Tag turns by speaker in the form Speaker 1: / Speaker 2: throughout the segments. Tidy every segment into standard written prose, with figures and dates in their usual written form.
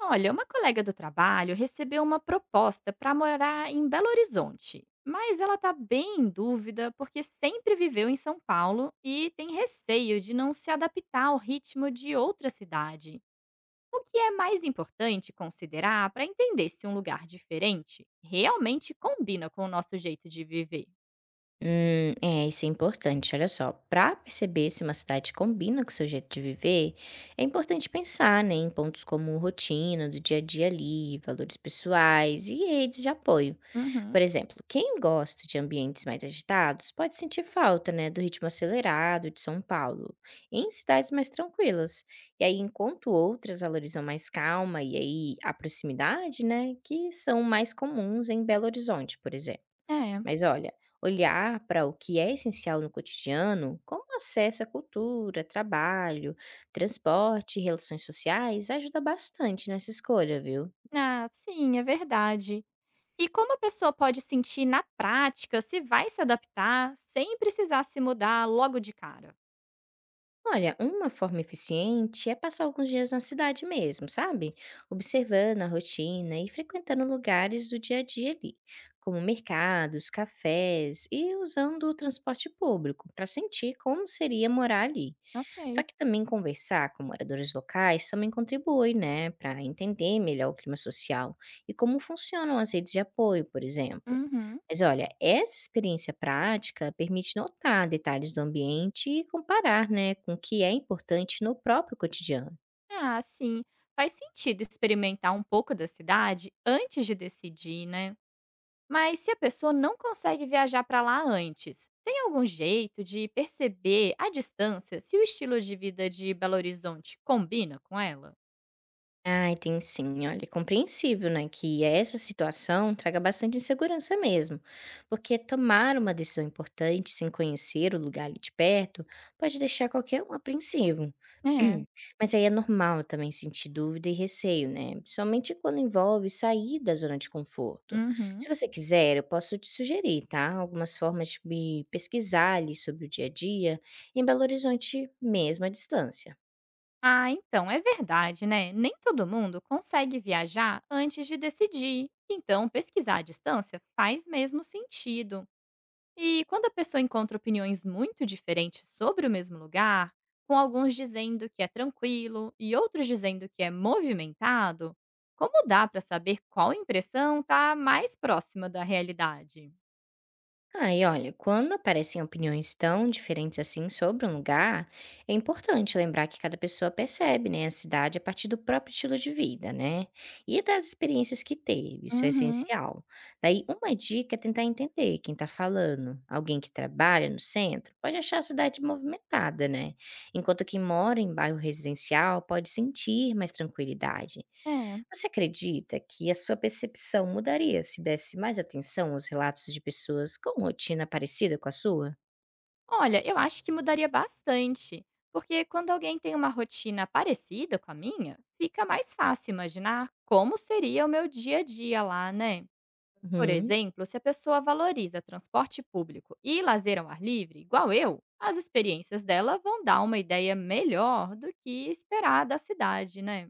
Speaker 1: Olha, uma colega do trabalho recebeu uma proposta para morar em Belo Horizonte, mas ela está bem em dúvida porque sempre viveu em São Paulo e tem receio de não se adaptar ao ritmo de outra cidade. O que é mais importante considerar para entender se um lugar diferente realmente combina com o nosso jeito de viver?
Speaker 2: Isso é importante. Olha só, para perceber se uma cidade combina com o seu jeito de viver, é importante pensar, né, em pontos como rotina do dia a dia ali, valores pessoais e redes de apoio.
Speaker 1: Uhum.
Speaker 2: Por exemplo, quem gosta de ambientes mais agitados pode sentir falta, né, do ritmo acelerado de São Paulo, em cidades mais tranquilas. E aí, enquanto outras valorizam mais calma e aí a proximidade, né, que são mais comuns em Belo Horizonte, por exemplo.
Speaker 1: É.
Speaker 2: Mas olha, olhar para o que é essencial no cotidiano, como acesso à cultura, trabalho, transporte, e relações sociais, ajuda bastante nessa escolha, viu?
Speaker 1: Ah, sim, é verdade. E como a pessoa pode sentir na prática se vai se adaptar sem precisar se mudar logo de cara?
Speaker 2: Olha, uma forma eficiente é passar alguns dias na cidade mesmo, sabe? Observando a rotina e frequentando lugares do dia a dia ali, como mercados, cafés e usando o transporte público para sentir como seria morar ali. Só
Speaker 1: Ok.
Speaker 2: que também conversar com moradores locais também contribui, né, para entender melhor o clima social e como funcionam as redes de apoio, por exemplo.
Speaker 1: Uhum.
Speaker 2: Mas olha, essa experiência prática permite notar detalhes do ambiente e comparar, né, com o que é importante no próprio cotidiano.
Speaker 1: Ah, sim. Faz sentido experimentar um pouco da cidade antes de decidir, né? Mas se a pessoa não consegue viajar para lá antes, tem algum jeito de perceber à distância se o estilo de vida de Belo Horizonte combina com ela?
Speaker 2: Ai, tem sim. Olha, é compreensível, né, que essa situação traga bastante insegurança mesmo, porque tomar uma decisão importante sem conhecer o lugar ali de perto pode deixar qualquer um apreensivo.
Speaker 1: É.
Speaker 2: Mas aí é normal também sentir dúvida e receio, né? Principalmente quando envolve sair da zona de conforto.
Speaker 1: Uhum.
Speaker 2: Se você quiser, eu posso te sugerir, tá? Algumas formas de pesquisar ali sobre o dia a dia em Belo Horizonte, mesmo à distância.
Speaker 1: Ah, então é verdade, né? Nem todo mundo consegue viajar antes de decidir. Então, pesquisar à distância faz mesmo sentido. E quando a pessoa encontra opiniões muito diferentes sobre o mesmo lugar, com alguns dizendo que é tranquilo e outros dizendo que é movimentado, como dá para saber qual impressão está mais próxima da realidade?
Speaker 2: Ai, olha, quando aparecem opiniões tão diferentes assim sobre um lugar, é importante lembrar que cada pessoa percebe, né, a cidade a partir do próprio estilo de vida, né? E das experiências que teve, isso é
Speaker 1: Uhum.
Speaker 2: essencial. Daí, uma dica é tentar entender quem está falando. Alguém que trabalha no centro pode achar a cidade movimentada, né? Enquanto quem mora em bairro residencial pode sentir mais tranquilidade.
Speaker 1: É,
Speaker 2: Você acredita que a sua percepção mudaria se desse mais atenção aos relatos de pessoas com rotina parecida com a sua?
Speaker 1: olha, eu acho que mudaria bastante, porque quando alguém tem uma rotina parecida com a minha, fica mais fácil imaginar como seria o meu dia a dia lá, né? Por
Speaker 2: Uhum.
Speaker 1: exemplo, se a pessoa valoriza transporte público e lazer ao ar livre, igual eu, as experiências dela vão dar uma ideia melhor do que esperar da cidade, né?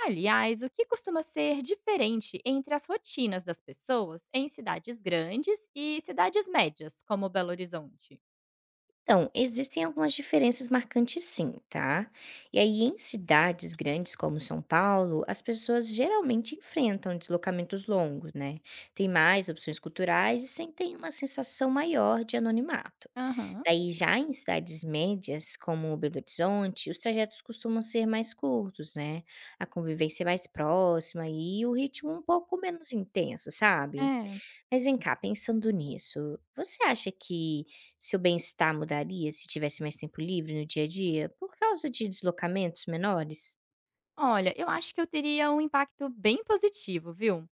Speaker 1: Aliás, o que costuma ser diferente entre as rotinas das pessoas em cidades grandes e cidades médias, como Belo Horizonte?
Speaker 2: Então, existem algumas diferenças marcantes sim, tá? E aí, em cidades grandes como São Paulo, as pessoas geralmente enfrentam deslocamentos longos, né? Tem mais opções culturais e sentem uma sensação maior de anonimato.
Speaker 1: Aham.
Speaker 2: Daí já em cidades médias, como Belo Horizonte, os trajetos costumam ser mais curtos, né? A convivência é mais próxima e o ritmo um pouco menos intenso, sabe?
Speaker 1: É.
Speaker 2: Mas vem cá, pensando nisso, você acha que seu bem-estar mudaria se tivesse mais tempo livre no dia a dia por causa de deslocamentos menores?
Speaker 1: Olha, eu acho que eu teria um impacto bem positivo, viu?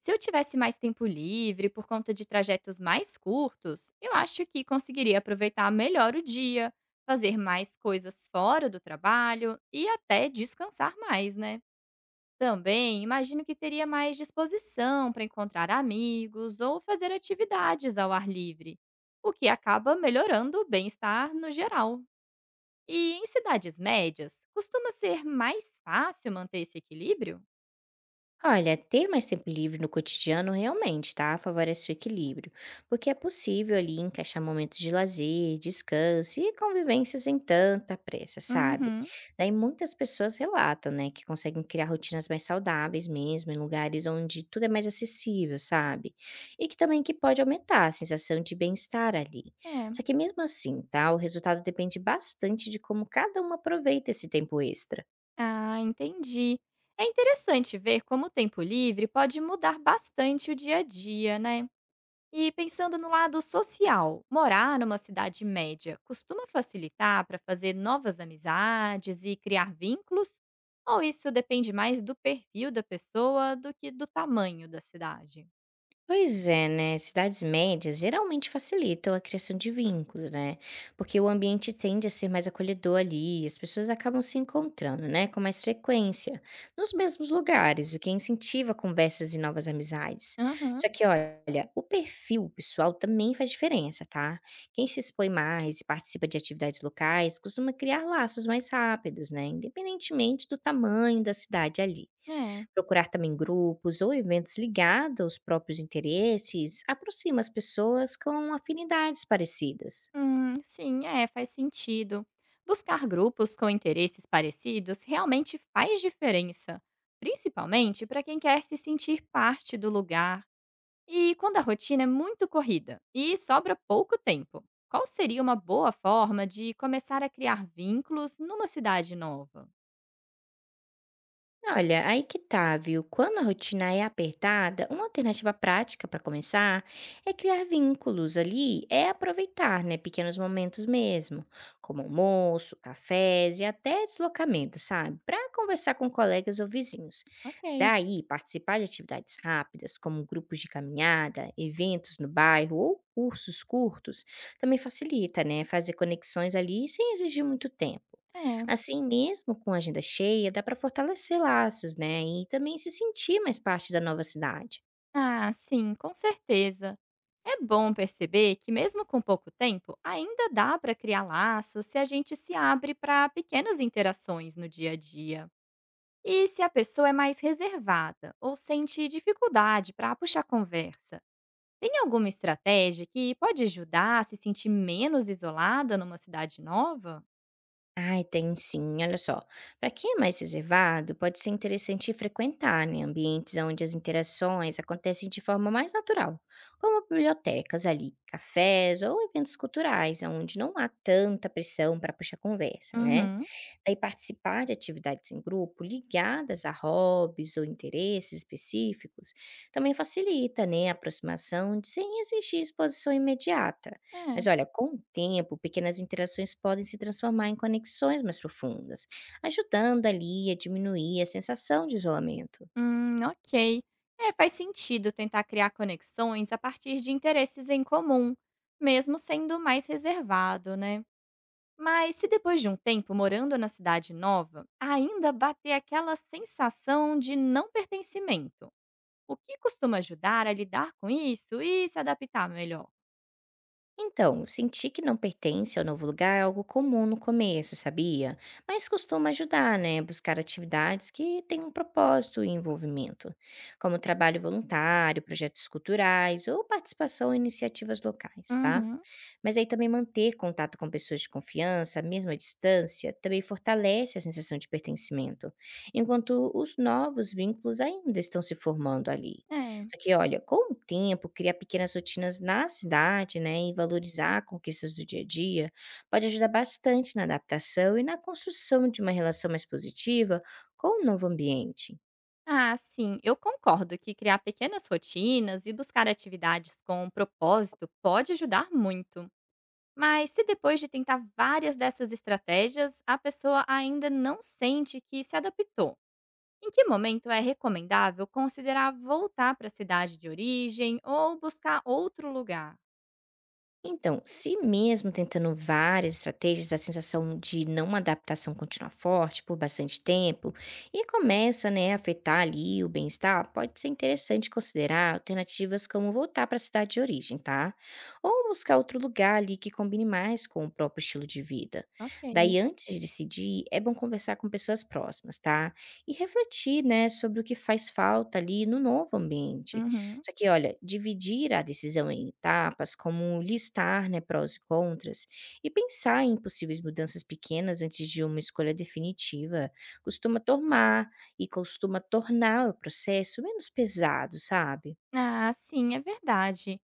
Speaker 1: Se eu tivesse mais tempo livre por conta de trajetos mais curtos, eu acho que conseguiria aproveitar melhor o dia, fazer mais coisas fora do trabalho e até descansar mais, né? Também imagino que teria mais disposição para encontrar amigos ou fazer atividades ao ar livre, o que acaba melhorando o bem-estar no geral. E em cidades médias, costuma ser mais fácil manter esse equilíbrio?
Speaker 2: Olha, ter mais tempo livre no cotidiano realmente, tá? Favorece o equilíbrio, porque é possível ali encaixar momentos de lazer, descanso e convivência sem tanta pressa, sabe?
Speaker 1: Uhum.
Speaker 2: Daí muitas pessoas relatam, né, que conseguem criar rotinas mais saudáveis mesmo, em lugares onde tudo é mais acessível, sabe? E que também que pode aumentar a sensação de bem-estar ali.
Speaker 1: É.
Speaker 2: Só que mesmo assim, tá? O resultado depende bastante de como cada um aproveita esse tempo extra.
Speaker 1: Ah, entendi. É interessante ver como o tempo livre pode mudar bastante o dia a dia, né? E pensando no lado social, morar numa cidade média costuma facilitar para fazer novas amizades e criar vínculos? Ou isso depende mais do perfil da pessoa do que do tamanho da cidade?
Speaker 2: Pois é, né? Cidades médias geralmente facilitam a criação de vínculos, né? Porque o ambiente tende a ser mais acolhedor ali, as pessoas acabam se encontrando, né? Com mais frequência, nos mesmos lugares, o que incentiva conversas e novas amizades.
Speaker 1: Aham.
Speaker 2: Só que, olha, o perfil pessoal também faz diferença, tá? Quem se expõe mais e participa de atividades locais costuma criar laços mais rápidos, né? Independentemente do tamanho da cidade ali.
Speaker 1: É.
Speaker 2: Procurar também grupos ou eventos ligados aos próprios interesses aproxima as pessoas com afinidades parecidas.
Speaker 1: Sim, é, faz sentido. Buscar grupos com interesses parecidos realmente faz diferença, principalmente para quem quer se sentir parte do lugar e quando a rotina é muito corrida e sobra pouco tempo. Qual seria uma boa forma de começar a criar vínculos numa cidade nova?
Speaker 2: Olha, aí que tá, viu? Quando a rotina é apertada, uma alternativa prática para começar é criar vínculos ali, é aproveitar, né, pequenos momentos mesmo, como almoço, cafés e até deslocamento, sabe? Para conversar com colegas ou vizinhos.
Speaker 1: Ok.
Speaker 2: Daí, participar de atividades rápidas, como grupos de caminhada, eventos no bairro ou cursos curtos, também facilita, né, fazer conexões ali sem exigir muito tempo.
Speaker 1: É,
Speaker 2: Assim, mesmo com a agenda cheia, dá para fortalecer laços, né? E também se sentir mais parte da nova cidade.
Speaker 1: ah, sim, com certeza. É bom perceber que, mesmo com pouco tempo, ainda dá para criar laços se a gente se abre para pequenas interações no dia a dia. E se a pessoa é mais reservada ou sente dificuldade para puxar conversa. Tem alguma estratégia que pode ajudar a se sentir menos isolada numa cidade nova?
Speaker 2: Ai, tem sim. Olha só, para quem é mais reservado, pode ser interessante frequentar né, ambientes onde as interações acontecem de forma mais natural, como bibliotecas ali, cafés ou eventos culturais, onde não há tanta pressão para puxar conversa, né?
Speaker 1: Uhum.
Speaker 2: Daí participar de atividades em grupo ligadas a hobbies ou interesses específicos também facilita né, sem exigir exposição imediata.
Speaker 1: É.
Speaker 2: Mas olha, com o tempo, pequenas interações podem se transformar em conexões mais profundas, ajudando ali a diminuir a sensação de isolamento.
Speaker 1: Ok. É, faz sentido tentar criar conexões a partir de interesses em comum, mesmo sendo mais reservado, né? Mas se depois de um tempo morando na cidade nova, ainda bater aquela sensação de não pertencimento, o que costuma ajudar a lidar com isso e se adaptar melhor?
Speaker 2: Então, sentir que não pertence ao novo lugar é algo comum no começo, sabia? Mas costuma ajudar, né? Buscar atividades que têm um propósito e envolvimento, como trabalho voluntário, projetos culturais ou participação em iniciativas locais, tá?
Speaker 1: Uhum.
Speaker 2: Mas aí também manter contato com pessoas de confiança, mesmo à distância, também fortalece a sensação de pertencimento, enquanto os novos vínculos ainda estão se formando ali.
Speaker 1: É.
Speaker 2: Só que, olha, com o tempo, criar pequenas rotinas na cidade, né, e valorizar conquistas do dia a dia, pode ajudar bastante na adaptação e na construção de uma relação mais positiva com o novo ambiente.
Speaker 1: Ah, sim, eu concordo que criar pequenas rotinas e buscar atividades com propósito pode ajudar muito. Mas se depois de tentar várias dessas estratégias, a pessoa ainda não sente que se adaptou, em que momento é recomendável considerar voltar para a cidade de origem ou buscar outro lugar?
Speaker 2: Então, se mesmo tentando várias estratégias, a sensação de não adaptação continua forte por bastante tempo e começa, né, a afetar ali o bem-estar, pode ser interessante considerar alternativas como voltar para a cidade de origem, tá? Ou buscar outro lugar ali que combine mais com o próprio estilo de vida.
Speaker 1: Ok.
Speaker 2: Daí, antes de decidir, é bom conversar com pessoas próximas, tá? E refletir, né, sobre o que faz falta ali no novo ambiente.
Speaker 1: Uhum.
Speaker 2: Só que olha, dividir a decisão em etapas, como listar, né, prós e contras, e pensar em possíveis mudanças pequenas antes de uma escolha definitiva, costuma tomar e costuma tornar o processo menos pesado, sabe?
Speaker 1: Ah, sim, é verdade.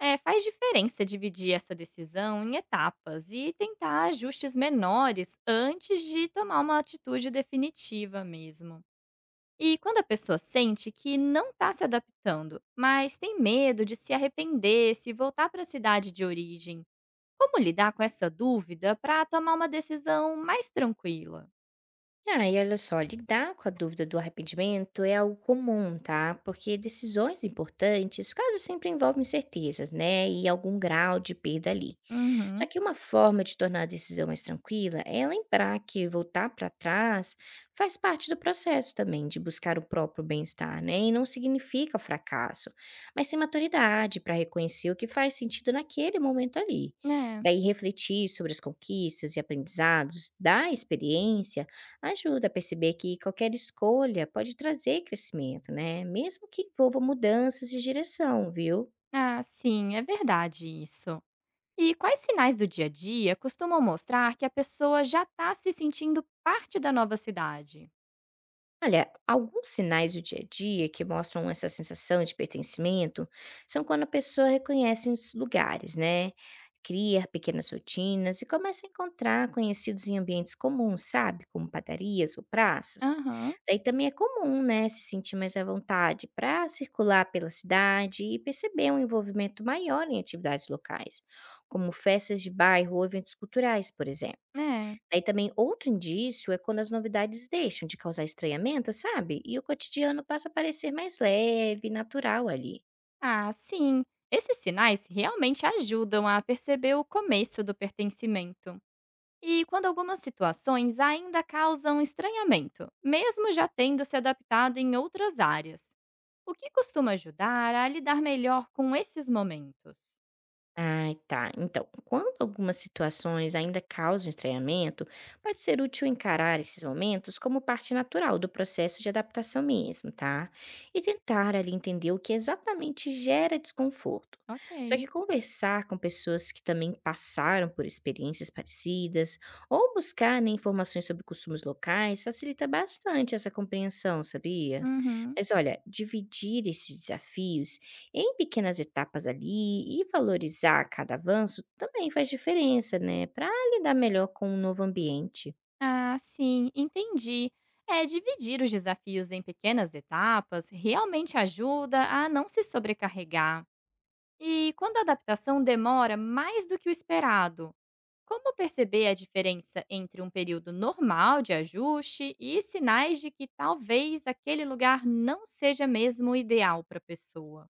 Speaker 1: É, faz diferença dividir essa decisão em etapas e tentar ajustes menores antes de tomar uma atitude definitiva mesmo. E quando a pessoa sente que não está se adaptando, mas tem medo de se arrepender se voltar para a cidade de origem, como lidar com essa dúvida para tomar uma decisão mais tranquila?
Speaker 2: Ah, e olha só, lidar com a dúvida do arrependimento é algo comum, tá? Porque decisões importantes quase sempre envolvem certezas, né? E algum grau de perda ali. Só
Speaker 1: Uhum.
Speaker 2: que uma forma de tornar a decisão mais tranquila é lembrar que voltar para trás faz parte do processo também de buscar o próprio bem-estar, né? E não significa fracasso, mas sim maturidade para reconhecer o que faz sentido naquele momento ali.
Speaker 1: É,
Speaker 2: Daí refletir sobre as conquistas e aprendizados da experiência ajuda a perceber que qualquer escolha pode trazer crescimento, né? Mesmo que envolva mudanças de direção, viu?
Speaker 1: ah, sim, é verdade isso. E quais sinais do dia a dia costumam mostrar que a pessoa já está se sentindo parte da nova cidade?
Speaker 2: Olha, alguns sinais do dia a dia que mostram essa sensação de pertencimento são quando a pessoa reconhece os lugares, né? Cria pequenas rotinas e começa a encontrar conhecidos em ambientes comuns, sabe? Como padarias ou praças.
Speaker 1: Aham.
Speaker 2: Daí também é comum, né? Se sentir mais à vontade para circular pela cidade e perceber um envolvimento maior em atividades locais, como festas de bairro ou eventos culturais, por exemplo.
Speaker 1: É.
Speaker 2: Aí também outro indício é quando as novidades deixam de causar estranhamento, sabe? E o cotidiano passa a parecer mais leve, natural ali.
Speaker 1: Ah, sim. Esses sinais realmente ajudam a perceber o começo do pertencimento. E quando algumas situações ainda causam estranhamento, mesmo já tendo se adaptado em outras áreas. O que costuma ajudar a lidar melhor com esses momentos?
Speaker 2: Ai, tá. Então, quando algumas situações ainda causam estranhamento, pode ser útil encarar esses momentos como parte natural do processo de adaptação mesmo, tá? E tentar ali entender o que exatamente gera desconforto. Só
Speaker 1: Ok.
Speaker 2: que conversar com pessoas que também passaram por experiências parecidas ou buscar né, informações sobre costumes locais facilita bastante essa compreensão, sabia?
Speaker 1: Uhum.
Speaker 2: Mas olha, dividir esses desafios em pequenas etapas ali e valorizar cada avanço também faz diferença, né, para lidar melhor com o novo ambiente.
Speaker 1: Ah, sim, entendi. É, dividir os desafios em pequenas etapas realmente ajuda a não se sobrecarregar. E quando a adaptação demora mais do que o esperado, como perceber a diferença entre um período normal de ajuste e sinais de que talvez aquele lugar não seja mesmo o ideal para a pessoa?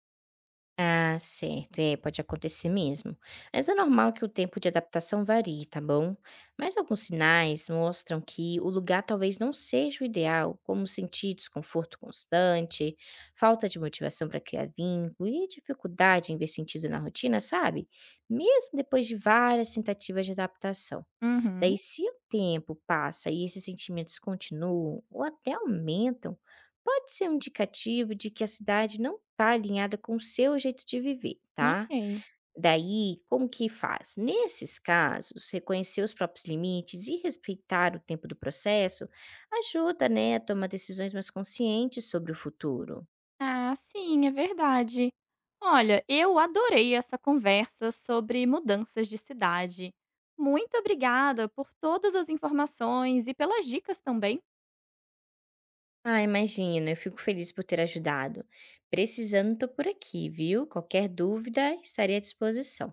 Speaker 2: Ah, certo, é, pode acontecer mesmo. Mas é normal que o tempo de adaptação varie, tá bom? Mas alguns sinais mostram que o lugar talvez não seja o ideal, como sentir desconforto constante, falta de motivação para criar vínculo e dificuldade em ver sentido na rotina, sabe? Mesmo depois de várias tentativas de adaptação. Daí,
Speaker 1: Uhum,
Speaker 2: se o tempo passa e esses sentimentos continuam ou até aumentam, pode ser um indicativo de que a cidade não está alinhada com o seu jeito de viver, tá?
Speaker 1: ok.
Speaker 2: Daí, como que faz? Nesses casos, reconhecer os próprios limites e respeitar o tempo do processo ajuda, né, a tomar decisões mais conscientes sobre o futuro.
Speaker 1: Ah, sim, é verdade. Olha, eu adorei essa conversa sobre mudanças de cidade. Muito obrigada por todas as informações e pelas dicas também.
Speaker 2: Ah, imagina, eu fico feliz por ter ajudado. Precisando, estou por aqui, viu? Qualquer dúvida, estarei à disposição.